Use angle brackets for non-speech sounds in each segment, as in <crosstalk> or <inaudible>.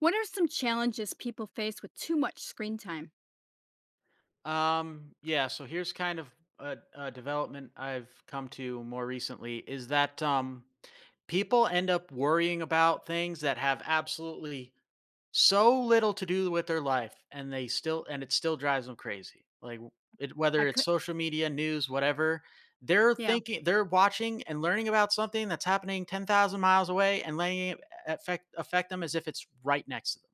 What are some challenges people face with too much screen time? Yeah, so here's kind of a development I've come to more recently is that people end up worrying about things that have absolutely so little to do with their life, and they still and it still drives them crazy. Like whether I it's could, social media, news, whatever, yeah, they're watching and learning about something that's happening 10,000 miles away and letting it affect them as if it's right next to them.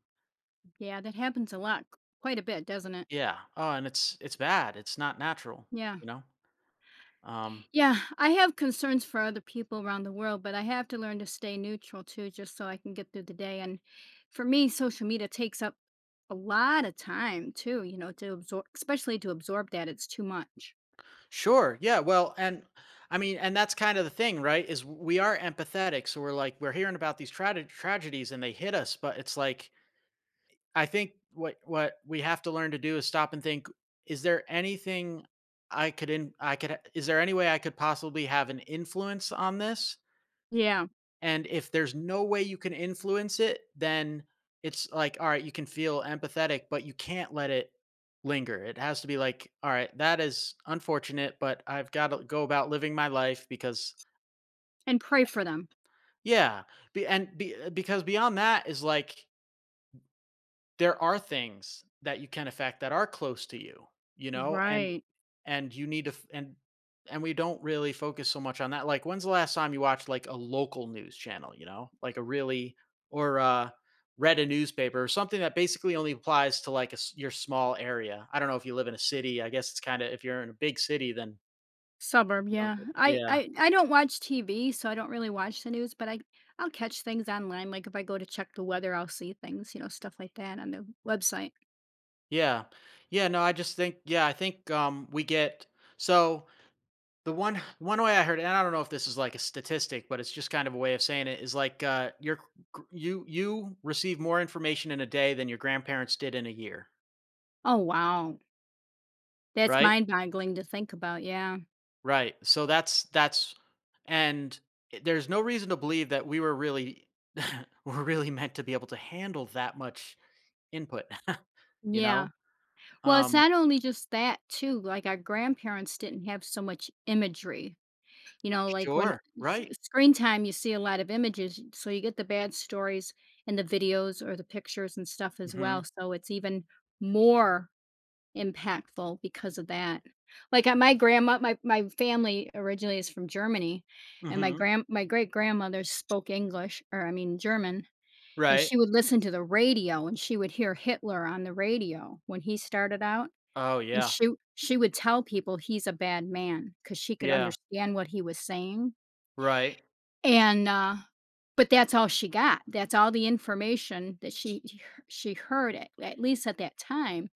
yeah, that happens a lot, quite a bit, doesn't it? Yeah. Oh, and it's bad. It's not natural, Yeah. you know. Um Yeah, I have concerns for other people around the world, but I have to learn to stay neutral too, just so I can get through the day. And for me, social media takes up a lot of time too, to absorb, especially to absorb that. It's too much. Sure. Yeah. Well, and I mean, and that's kind of the thing, right? Is we are empathetic, so we're hearing about these tragedies, and they hit us, but it's like I think what we have to learn to do is stop and think: Is there anything I could? Is there any way I could possibly have an influence on this? Yeah. And if there's no way you can influence it, then it's like, all right, you can feel empathetic, but you can't let it linger. It has to be like, all right, that is unfortunate, but I've got to go about living my life, because, And pray for them. yeah. Because beyond that is like, there are things that you can affect that are close to you, you know? And Right. and you need to f- and we don't really focus so much on that. Like when's the last time you watched like a local news channel, you know? Like a really or Read a newspaper or something that basically only applies to like your small area. I don't know if you live in a city. I guess it's kind of if you're in a big city then Suburb, you don't yeah. get. I Yeah. I I don't watch TV, so I don't really watch the news, but I I'll catch things online, like, if I go to check the weather, I'll see things, stuff like that on the website. Yeah. Yeah, no, I just I think we get so the one way I heard, and I don't know if this is like a statistic, but it's just kind of a way of saying it, is like, are gr you you receive more information in a day than your grandparents did in a year, Oh, wow. That's right? mind-boggling to think about, yeah. Right, so and there's no reason to believe that we were really <laughs> were really meant to be able to handle that much input, <laughs> you Yeah. know? Well, it's Um, not only just that too, like, our grandparents didn't have so much imagery, like, when sure, s right. screen time, you see a lot of images, so you get the bad stories and the videos or the pictures and stuff as Mhm, well, so it's even more impactful because of that. Like, my grandma my family originally is from Germany, and my mhm, grand my great-grandmother spoke English or I mean, German, and right. she would listen to the radio, and she would hear Hitler on the radio when he started out, Oh, and yeah, she would tell people he's a bad man because she could yeah, understand what he was saying, right. and, but that's all she got. That's all the information that she heard at least at that time,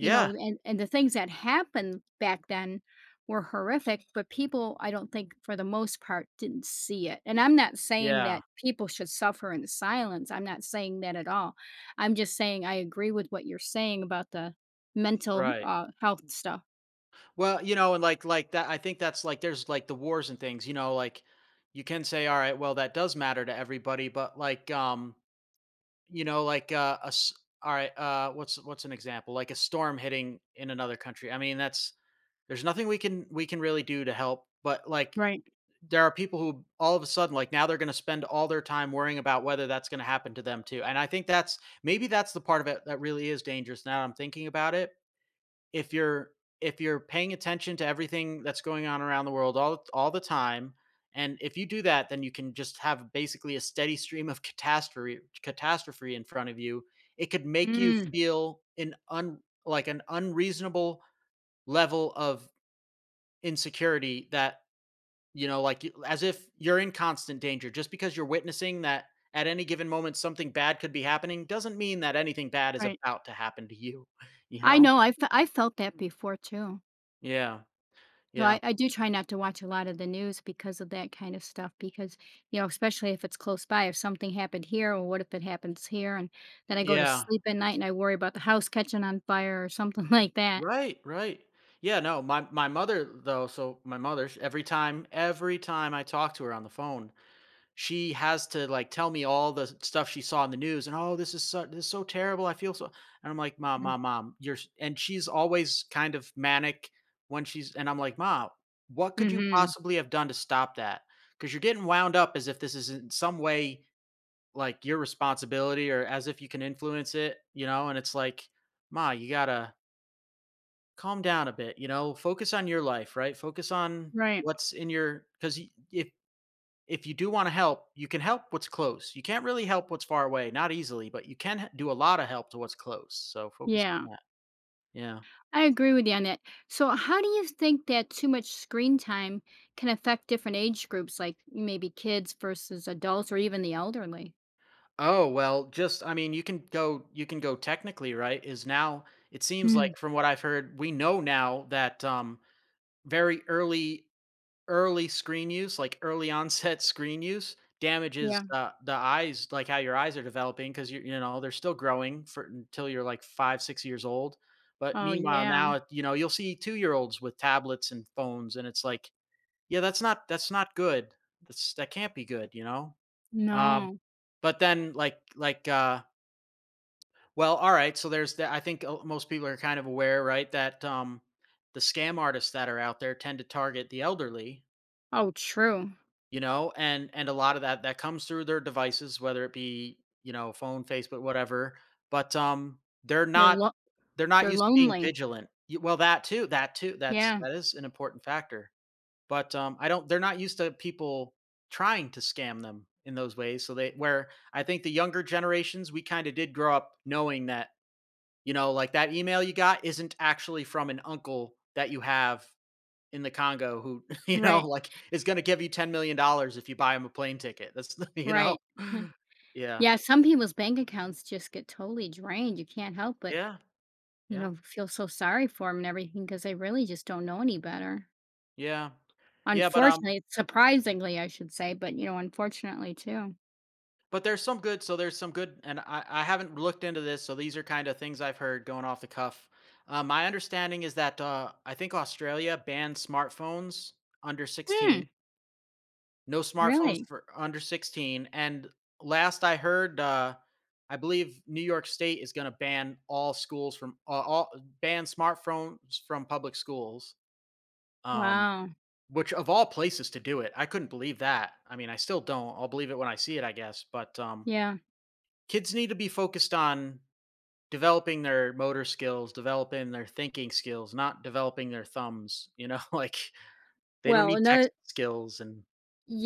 and the things that happened back then were horrific, but people, I don't think for the most part didn't see it. And I'm not saying yeah, that people should suffer in silence. I'm not saying that at all. I'm just saying I agree with what you're saying about the mental, right. Health stuff. Well, you know, and like that I think that's like there's like the wars and things, you know, like you can say, all right, well, that does matter to everybody, but like you know, like all right, what's an example? Like a storm hitting in another country. I mean, that's there's nothing we can really do to help, but like Right. there are people who all of a sudden like now they're going to spend all their time worrying about whether that's going to happen to them too. And I think that's maybe that's the part of it that really is dangerous now that I'm thinking about it, if you're if you're paying attention to everything that's going on around the world all the time, and if you do that, then you can just have basically a steady stream of catastrophe in front of you. It could make you Mm. feel an un like an unreasonable level of insecurity that, you know, like as if you're in constant danger just because you're witnessing that at any given moment something bad could be happening doesn't mean that anything bad is Right. about to happen to you. <laughs> you I know know. I felt that before too. yeah, So yeah, I do try not to watch a lot of the news because of that kind of stuff, because, you know, especially if it's close by, if something happened here, or what if it happens here? And then I go to yeah. sleep at night and I worry about the house catching on fire or something <laughs> like that. Right, right. Yeah, no, my mother though, so my mother, every time I talk to her on the phone, she has to like tell me all the stuff she saw in the news, and oh, this is so terrible. I feel so, and I'm like, "Mom, mom, mom, you're s-" and she's always kind of manic when she's, and I'm like, "Mom, what could you Mm-hmm. possibly have done to stop that?" Cuz you're getting wound up as if this is in some way like your responsibility or as if you can influence it, you know, and it's like, "Ma, you got to calm down a bit, you know, focus on your life, right? Focus on Right. what's in your cuz if you do want to help, you can help what's close. You can't really help what's far away, not easily, but you can do a lot of help to what's close. So focus Yeah. on that." Yeah. I agree with you on that. So how do you think that too much screen time can affect different age groups, like maybe kids versus adults or even the elderly? Oh, well, just I mean, you can go technically, right? Is now it seems like Mm, from what I've heard, we know now that very early early screen use, like early onset <laughs> screen use damages, yeah. The eyes, like how your eyes are developing, because you know, they're still growing for until you're like 5, 6 years old. But Oh, meanwhile yeah. now, you know, you'll see 2-year-olds with tablets and phones, and it's like, yeah, that's not good. That can't be good, you know? Um, No. but then well, alright, so there's that. I think, most people are kind of aware, right, that, the scam artists that are out there tend to target the elderly. Oh, true. You know, and a lot of that that comes through their devices, whether it be, you know, phone, facebook, whatever, but they're They're not lo- they're not they're used to being lonely. vigilant. Well, that too, that too, Yeah, that is an important factor, but I don't they're not used to people trying to scam them in those ways, so they where I think the younger generations we kind of did grow up knowing that, you know, like that email you got isn't actually from an uncle that you have in the Congo who, <laughs> you know, right, like, is gonna give you $10,000,000 if you buy him a plane ticket. That's <laughs> you know? right. <laughs> Yeah. Yeah, some people's bank accounts just get totally drained. You can't help but, Yeah. Yeah. Feel so sorry for them and everything because they really just don't know any better. Yeah. Yeah, Unfortunately, surprisingly, I should say, but, unfortunately too. but there's some good, and I haven't looked into this, so these are kinda things I've heard going off the cuff. My understanding is that, I think Australia banned smartphones under Hmm, 16. No smartphones really? for under 16, and last I heard, I believe New York State is gonna ban all schools from a all ban smartphones from public schools, um, Wow. which of all places to do it, I couldn't believe that. I mean, I still don't, I'll believe it when I see it, I guess, but, Yeah. kids need to be focused on developing their motor skills, developing their thinking skills, not developing their thumbs, you know? <laughs> Like, they don't Well, need text another, skills and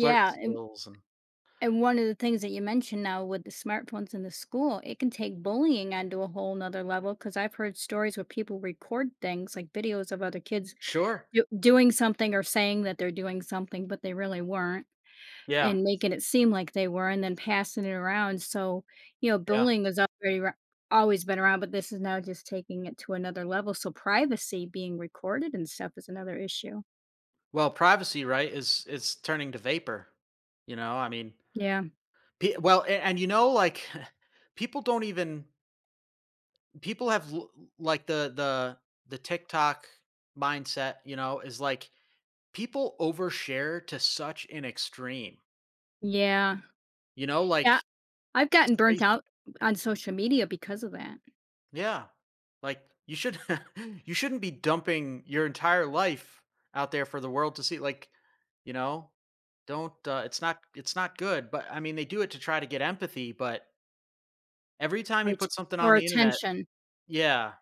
flirt And, skills and one of the things that you mentioned now with the smartphones in the school, it can take bullying onto a whole nother level because I've heard stories where people record things like videos of other kids Sure, Do doing something or saying that they're doing something, but they really weren't, yeah. and making it seem like they were and then passing it around, so, Yeah. bullying has already ar always been around, but this is now just taking it to another level, so privacy being recorded and stuff is another issue. Well, privacy, right, is turning to vapor. You know, I mean, Yeah. Well, and you know, like <laughs> people don't even people have l- like the TikTok mindset. You know, is like people overshare to such an extreme. Yeah. You know, like Yeah, I've it's gotten burnt crazy. out on social media because of that, Yeah. Like you should. <laughs> You shouldn't be dumping your entire life out there for the world to see, like, you know, don't it's not good, but I mean they do it to try to get empathy, but every time or you att put something on or the internet, attention. yeah,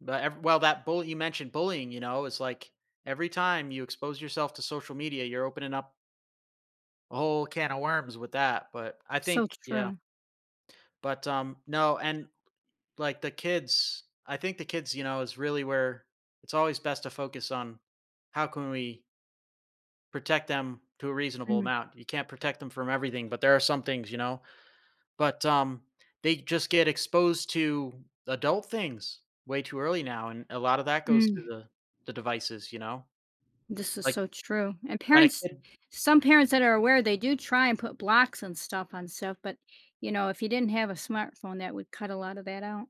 but well, that bully, you mentioned bullying, you know, is like every time you expose yourself to social media, you're opening up a whole can of worms with that, but I think, So yeah, true. but no, and like the kids, I think the kids, you know, is really where it's always best to focus on how can we protect them to a reasonable Mm. amount. You can't protect them from everything, but there are some things, you know, but they just get exposed to adult things way too early now, and a lot of that goes through Mm. the devices, you know, This is like so true. And when a parents, kid. some parents that are aware, they do try and put blocks and stuff on stuff, but if you didn't have a smartphone, that would cut a lot of that out.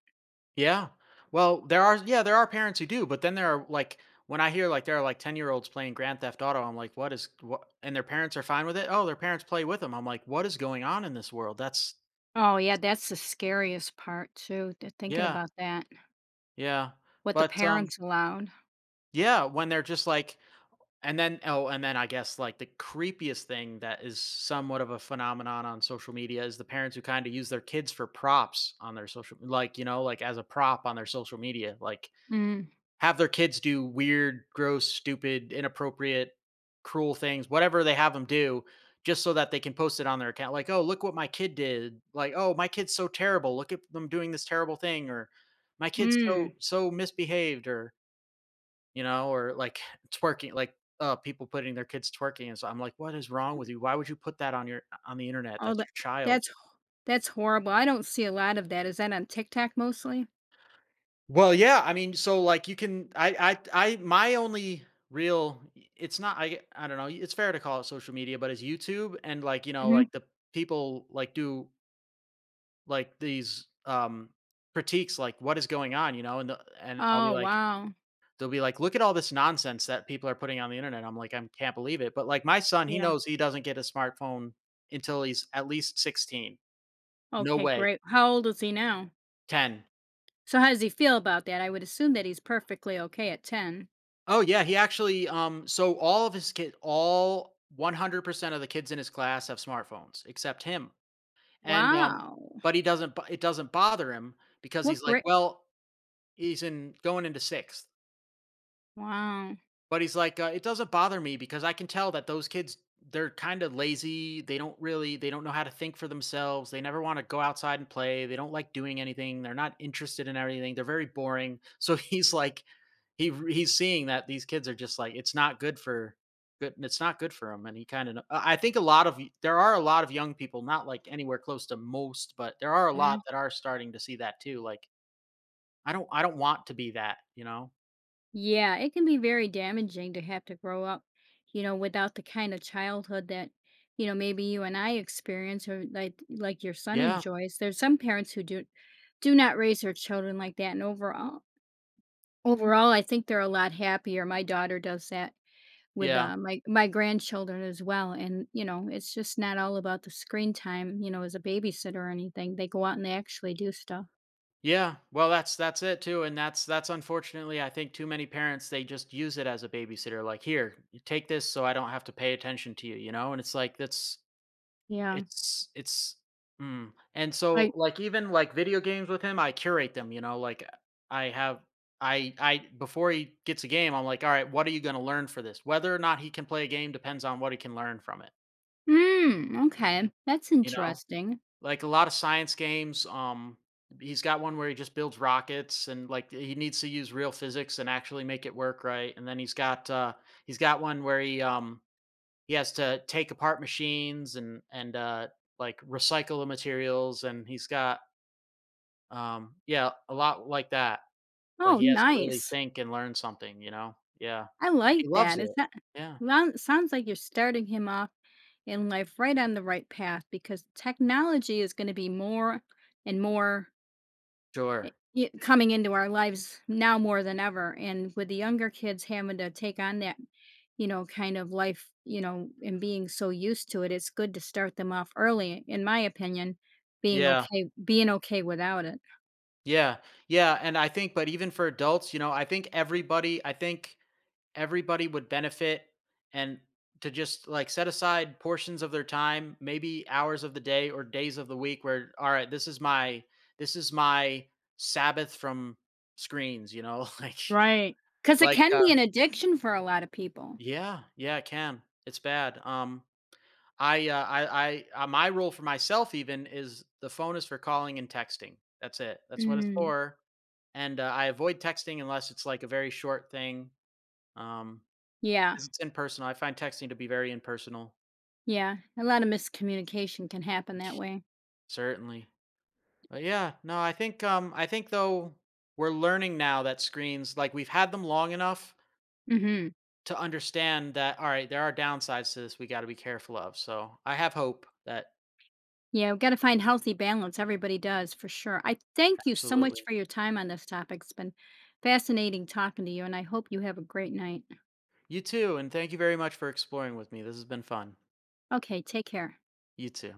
Yeah. Well, there are, yeah, there are parents who do, but then there are like when I hear like there are like 10-year-olds playing Grand Theft Auto, I'm like, "What is what?" And their parents are fine with it. Oh, their parents play with them. I'm like, "What is going on in this world?" That's Oh yeah, that's the scariest part too. Thinking yeah. about that, Yeah. what the But parents allowed. yeah, when they're just like and then I guess like the creepiest thing that is somewhat of a phenomenon on social media is the parents who kind of use their kids for props on their social like, you know, like as a prop on their social media. Like Mm. have their kids do weird, gross, stupid, inappropriate, cruel things, whatever they have them do, just so that they can post it on their account. Like, oh, look what my kid did. Like, oh, my kid's so terrible. Look at them doing this terrible thing, or my kid's so Mm. so misbehaved, or you know, or like <laughs> twerking, like people putting their kids twerking. And so I'm like, what is wrong with you? Why would you put that on your on the internet? Oh, That's that, your child. that's that's horrible. I don't see a lot of that. Is that on TikTok mostly? Well, yeah, I mean, so, like, you can I my only real it's not I don't know, it's fair to call it social media, but it's YouTube and, like, you know, Hmm. like, the people, like, do, like, these, critiques, like, "What is going on?" You know? And I'll Oh be like wow. they'll be like, "Look at all this nonsense that people are putting on the internet." I'm like, "I can't believe it." But, like, my son, he Yeah. knows he doesn't get a smartphone until he's at least 16. No Okay, way, great. How old is he now? 10. So how does he feel about that? I would assume that he's perfectly okay at ten. Oh yeah, he actually so all of his kid all 100% of the kids in his class have smartphones except him. And Wow. but he doesn't bo- it doesn't bother him because What he's like, great. well, he's in going into 6th. Wow. But he's like, "It doesn't bother me because I can tell that those kids they're kind of lazy. They don't know how to think for themselves. They never want to go outside and play. They don't like doing anything. They're not interested in everything. They're very boring." So <laughs> he's like he's seeing that these kids are just like it's not good for good it's not good for them, and he kind of I think a lot of there are a lot of young people not like anywhere close to most, but there are a Uh. lot that are starting to see that too, like I don't want to be that, you know. Yeah, it can be very damaging to have to grow up, without the kind of childhood that, maybe you and I experience or like your son Yeah. enjoys. There's some parents who do not raise their children like that, and overall I think they're a lot happier. My daughter does that with Yeah. My grandchildren as well, and you know it's just not all about the screen time, you know, as a babysitter or anything. They go out and they actually do stuff. Yeah, well, that's it too, and that's unfortunately, I think too many parents they just use it as a babysitter. Like, here, you take this, so I don't have to pay attention to you, you know. And it's like that's Yeah, it's, and so like, like even like video games with him, I curate them, you know. Like I have I before he gets a game, I'm like, all right, what are you going to learn for this? Whether or not he can play a game depends on what he can learn from it, hmm. Okay. That's you know. interesting. Like a lot of science games, he's got one where he just builds rockets and like he needs to use real physics and actually make it work right. And then he's got one where he has to take apart machines and like recycle the materials, and he's got yeah, a lot like that. Like Oh, he has to really nice. think and learn something, you know? Yeah. I And like he loves that. Is it. that, Yeah. well, sounds like you're starting him off in life right on the right path because technology is going to be more and more Sure. Coming into our lives now more than ever, and with the younger kids having to take on that, you know, kind of life, you know, and being so used to it, it's good to start them off early in my opinion, Yeah. Being okay without it. Yeah. Yeah. And I think, but even for adults, you know, I think everybody would benefit and to just like set aside portions of their time, maybe hours of the day or days of the week where all right, this is my sabbath from screens, you know? <laughs> Like Right, because it like can uh be an addiction for a lot of people. yeah, yeah, it can. It's bad. I my rule for myself even is the phone is for calling and texting. That's it. That's what it's Mm, for. And I avoid texting unless it's like a very short thing. Um yeah, 'Cause it's impersonal. I find texting to be very impersonal, yeah, a lot of miscommunication can happen that way. certainly. But yeah, no, I think though we're learning now that screens like we've had them long enough Mhm, to understand that all right, there are downsides to this we got to be careful of. So, I have hope that yeah, we gotta find healthy balance, everybody does, for sure. I thank you so much absolutely. for your time on this topic, it's been fascinating talking to you, and I hope you have a great night. You too, and thank you very much for exploring with me. This has been fun. Okay, take care. You too.